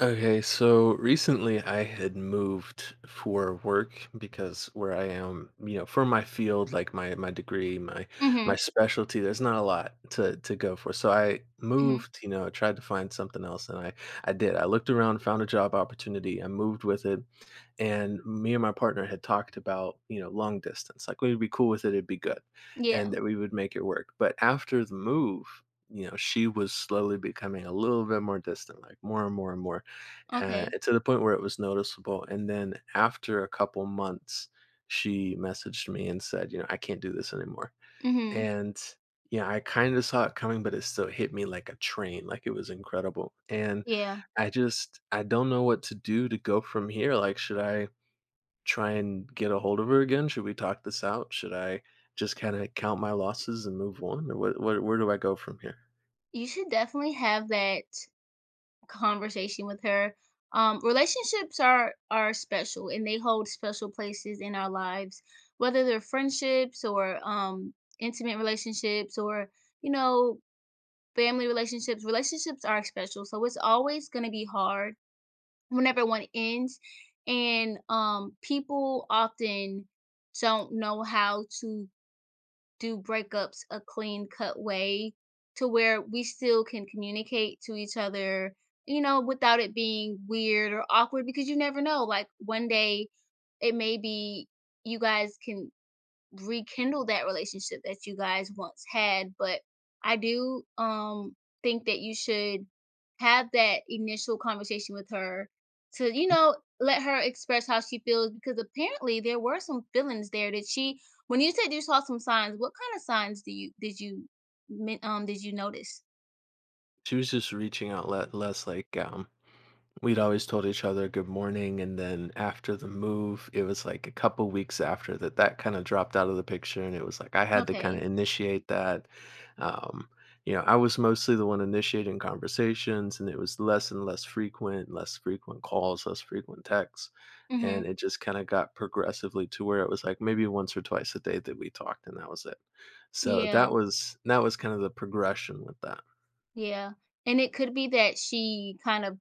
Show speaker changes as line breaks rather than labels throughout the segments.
Okay, so recently I had moved for work because where I am, you know, for my field, like my degree, my
Mhm,
specialty, there's not a lot to go for. So I
mhm.
moved, you know, tried to find something else, and I did. I looked around, found a job opportunity. I moved with it, and me and my partner had talked about, you know, long distance, like we'd be cool with it, it'd be good
Yeah,
and that we would make it work. But after the move, you know, she was slowly becoming a little bit more distant, like more and more and more,
okay.
to the point where it was noticeable. And then after a couple months, she messaged me and said, you know, "I can't do this anymore."
Mhm.
And, yeah, I kinda saw it coming, but it still hit me like a train. Like, it was incredible, and
Yeah.
I just, I don't know what to do, to go from here. Like, should I try and get a hold of her again? Should we talk this out? Should I just kinda count my losses and move on, or what, where do I go from here?
You should definitely have that conversation with her. Relationships are special and they hold special places in our lives, whether they're friendships or intimate relationships or, you know, family relationships. Relationships are special. So it's always going to be hard whenever one ends and people often don't know how to do breakups a clean cut way to where we still can communicate to each other, without it being weird or awkward because you never know. Like one day it may be you guys can rekindle that relationship that you guys once had, but I do think that you should have that initial conversation with her to,
Hmm?
let her express how she feels because apparently there were some feelings there that she— when you said you saw some signs, what kind of signs do you did you men- did you notice?
She was just reaching out le less. Like, we'd always told each other good morning, and then after the move it was like a couple weeks after that that kind of dropped out of the picture, and it was like I had to kind
Okay.
of initiate that. um, you know, I was mostly the one initiating conversations, and it was less and less frequent, less frequent calls, less frequent texts. And
Mhm.
it just kind of got progressively to where it was like maybe once or twice a day that we talked, and that was it. So
Yeah.
that was kind of the progression with that.
Yeah. And it could be that she kind of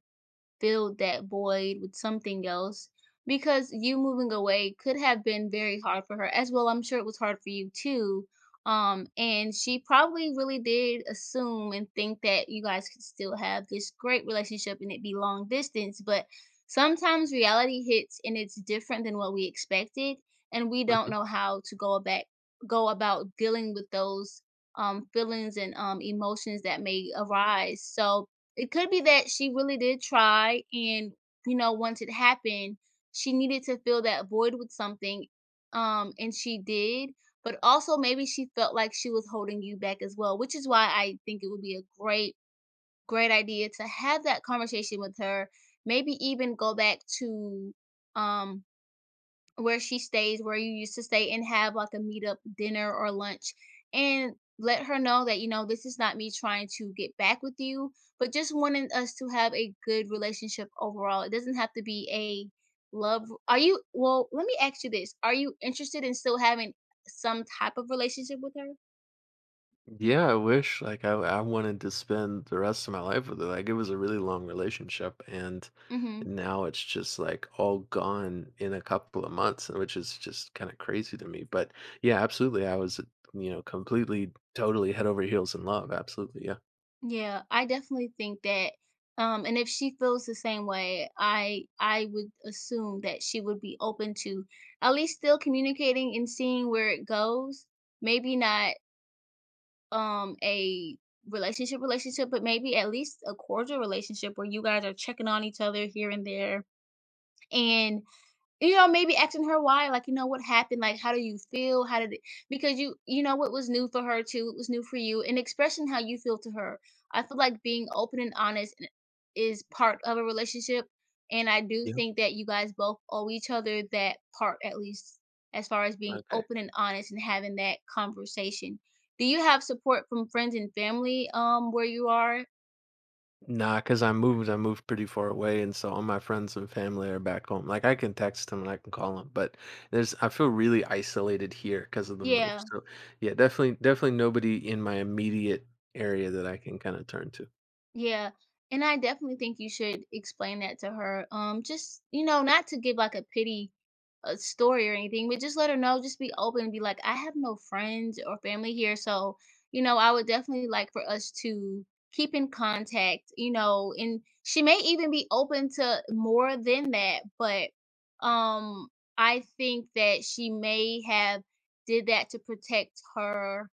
fill that void with something else because you moving away could have been very hard for her as well. I'm sure it was hard for you too. And she probably really did assume and think that you guys could still have this great relationship and it be long distance. But sometimes reality hits and it's different than what we expected, and we don't
Mm-hmm.
know how to go about dealing with those feelings and emotions that may arise. So it could be that she really did try and, once it happened, she needed to fill that void with something, and she did, but also maybe she felt like she was holding you back as well, which is why I think it would be a great, great idea to have that conversation with her. Maybe even go back to um where she stays, where you used to stay, and have, like, a meet-up dinner or lunch, and let her know that, this is not me trying to get back with you, but just wanting us to have a good relationship overall. It doesn't have to be a love— are you— well, let me ask you this, are you interested in still having some type of relationship with her?
Yeah, I wish, like, I wanted to spend the rest of my life with her. Like, it was a really long relationship, and
Mhm.
now it's just like all gone in a couple of months, which is just kind of crazy to me. But yeah, absolutely. I was, you know, completely, totally head over heels in love. Absolutely. Yeah.
Yeah, I definitely think that— and if she feels the same way, I would assume that she would be open to at least still communicating and seeing where it goes. Maybe not a relationship relationship, but maybe at least a cordial relationship where you guys are checking on each other here and there, and maybe asking her why, like, "What happened? Like, how do you feel? How did it?" Because what was new for her, too, it was new for you, and expressing how you feel to her. I feel like being open and honest I is part of a relationship, and I do
Yeah.
think that you guys both owe each other that part, at least as far as being
Okay.
open and honest and having that conversation. Do you have support from friends and family, where you are?
Because I moved. I moved pretty far away, and so all my friends and family are back home. Like, I can text them and I can call them, but there's, I feel really isolated here because of the move.
Yeah.
So yeah, definitely, definitely nobody in my immediate area that I can kind of turn to.
Yeah, and I definitely think you should explain that to her. Just not to give like a pity story or anything, but just let her know. Just be open and be like, I have no friends or family here, so I would definitely like for us to keep in contact. And she may even be open to more than that, but um, I think that she may have did that to protect her,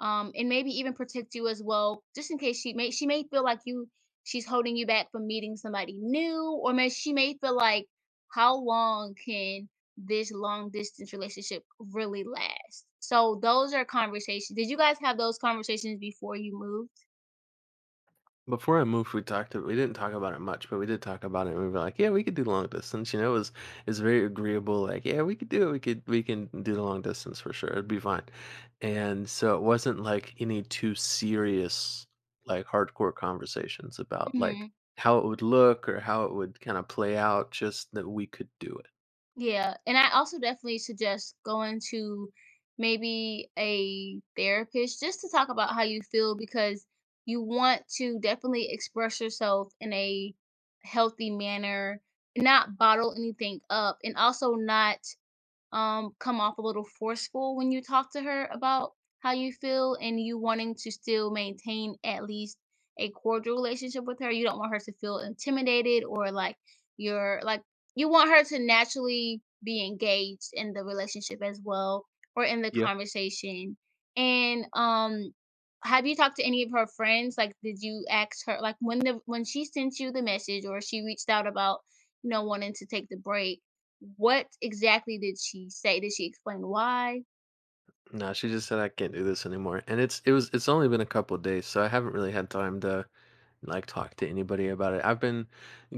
and maybe even protect you as well, just in case she may feel like you she's holding you back from meeting somebody new, or may she may feel like, how long can this long distance relationship really last? So those are conversations. Did you guys have those conversations before you moved?
Before I moved, we talked. We didn't talk about it much, but we did talk about it. And we were like, "Yeah, we could do long distance." You know, it was, it's very agreeable. Like, "Yeah, we could do it. We can do the long distance for sure. It'd be fine." And so it wasn't like any too serious, like hardcore conversations about like
Mhm.
how it would look or how it would kind of play out. Just that we could do it.
Yeah, and I also definitely suggest going to maybe a therapist just to talk about how you feel, because you want to definitely express yourself in a healthy manner, not bottle anything up, and also not come off a little forceful when you talk to her about how you feel and you wanting to still maintain at least a cordial relationship with her. You don't want her to feel intimidated or like you— want her to naturally be engaged in the relationship as well, or in the
Yeah.
conversation. And have you talked to any of her friends? Like, did you ask her, like, when she sent you the message or she reached out about, wanting to take the break, what exactly did she say? Did she explain why?
No, she just said I can't do this anymore, and it was it's only been a couple of days, so I haven't really had time to like talk to anybody about it. I've been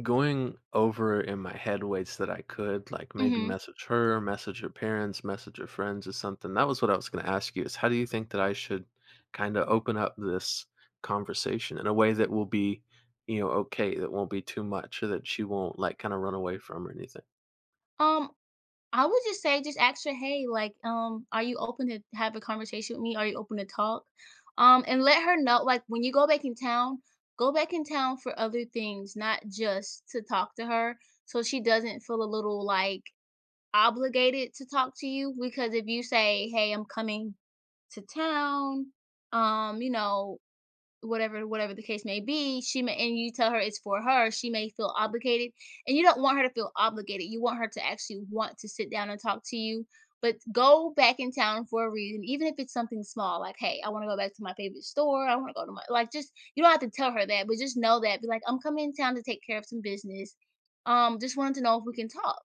going over in my head ways that I could, like maybe
Mhm.
message her parents, message her friends or something. That was what I was going to ask you, is how do you think that I should kind of open up this conversation in a way that will be, you know, okay, that won't be too much or that she won't like kind of run away from or anything.
Um, I would just say just ask her, "Hey, like, are you open to have a conversation with me? Are you open to talk?" And let her know, like, when you go back in town, go back in town for other things, not just to talk to her, so she doesn't feel a little, like, obligated to talk to you. Because if you say, "Hey, I'm coming to town," um, you know, whatever the case may be, she may— and you tell her it's for her, she may feel obligated, and you don't want her to feel obligated. You want her to actually want to sit down and talk to you. But go back in town for a reason, even if it's something small. Like, hey, I want to go back to my favorite store. I want to go to my— like, just— you don't have to tell her that, but just know that. Be like, I'm coming in town to take care of some business. Just wanted to know if we can talk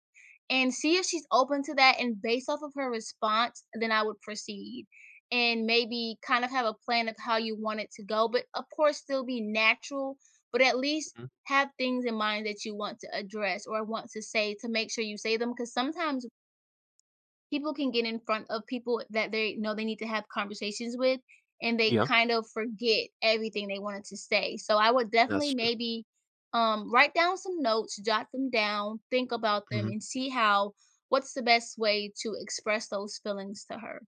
and see if she's open to that. And based off of her response, then I would proceed, and maybe kind of have a plan of how you want it to go, but, of course, still be natural. But at least
Mhm.
have things in mind that you want to address or want to say to make sure you say them, because sometimes people can get in front of people that they know they need to have conversations with, and they
Yeah,
kind of forget everything they wanted to say. So I would definitely
that's true.
maybe write down some notes, jot them down, think about them,
Hmm.
and see how what's the best way to express those feelings to her.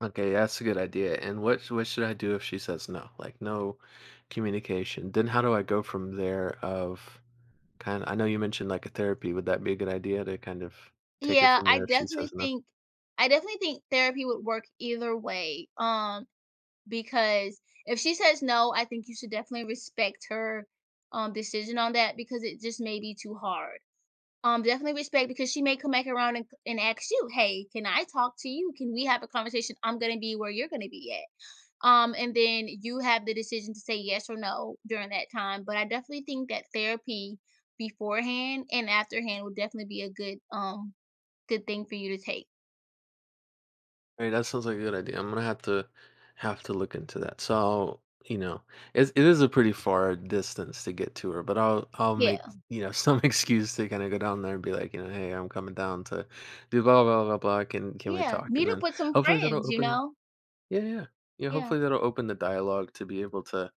Okay, that's a good idea. And what should I do if she says no? Like, no communication. Then how do I go from there of, kind, I know you mentioned, like, a therapy. Would that be a good idea to kind of take it
Yeah,
from
I
there if she says
definitely
no?
think I definitely think therapy would work either way, because if she says no, I think you should definitely respect her, decision on that, because it just may be too hard. Definitely respect, because she may come back around and ask you, "Hey, can I talk to you? Can we have a conversation? I'm gonna be where you're gonna be at." And then you have the decision to say yes or no during that time. But I definitely think that therapy beforehand and afterhand would definitely be a good thing for you to take.
Alright, that sounds like a good idea. I'm gonna have to look into that. So, I'll, you know, it is a pretty far distance to get to her, but I'll
Yeah,
make, you know, some excuse to kinda go down there and be like, you know, "Hey, I'm coming down to do blah, blah, blah, blah. Can we
yeah.
talk?" And
Meet
then
up with some
hopefully that'll
friends, you
open.
know?
Yeah, yeah. Yeah,
Yeah,
hopefully that'll open the dialogue to be able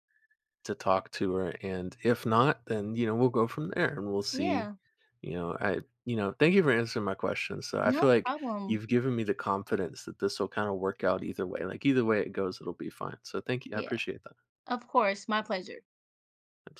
to talk to her, and if not, then, you know, we'll go from there and we'll see.
yeah.
You know, I, you know, thank you for answering my question. So I feel
No
like
problem.
you've given me the confidence that this will kind of work out either way. Like, either way it goes, it'll be fine. So thank you. I
Yeah,
appreciate that.
of course. My pleasure.
Absolutely.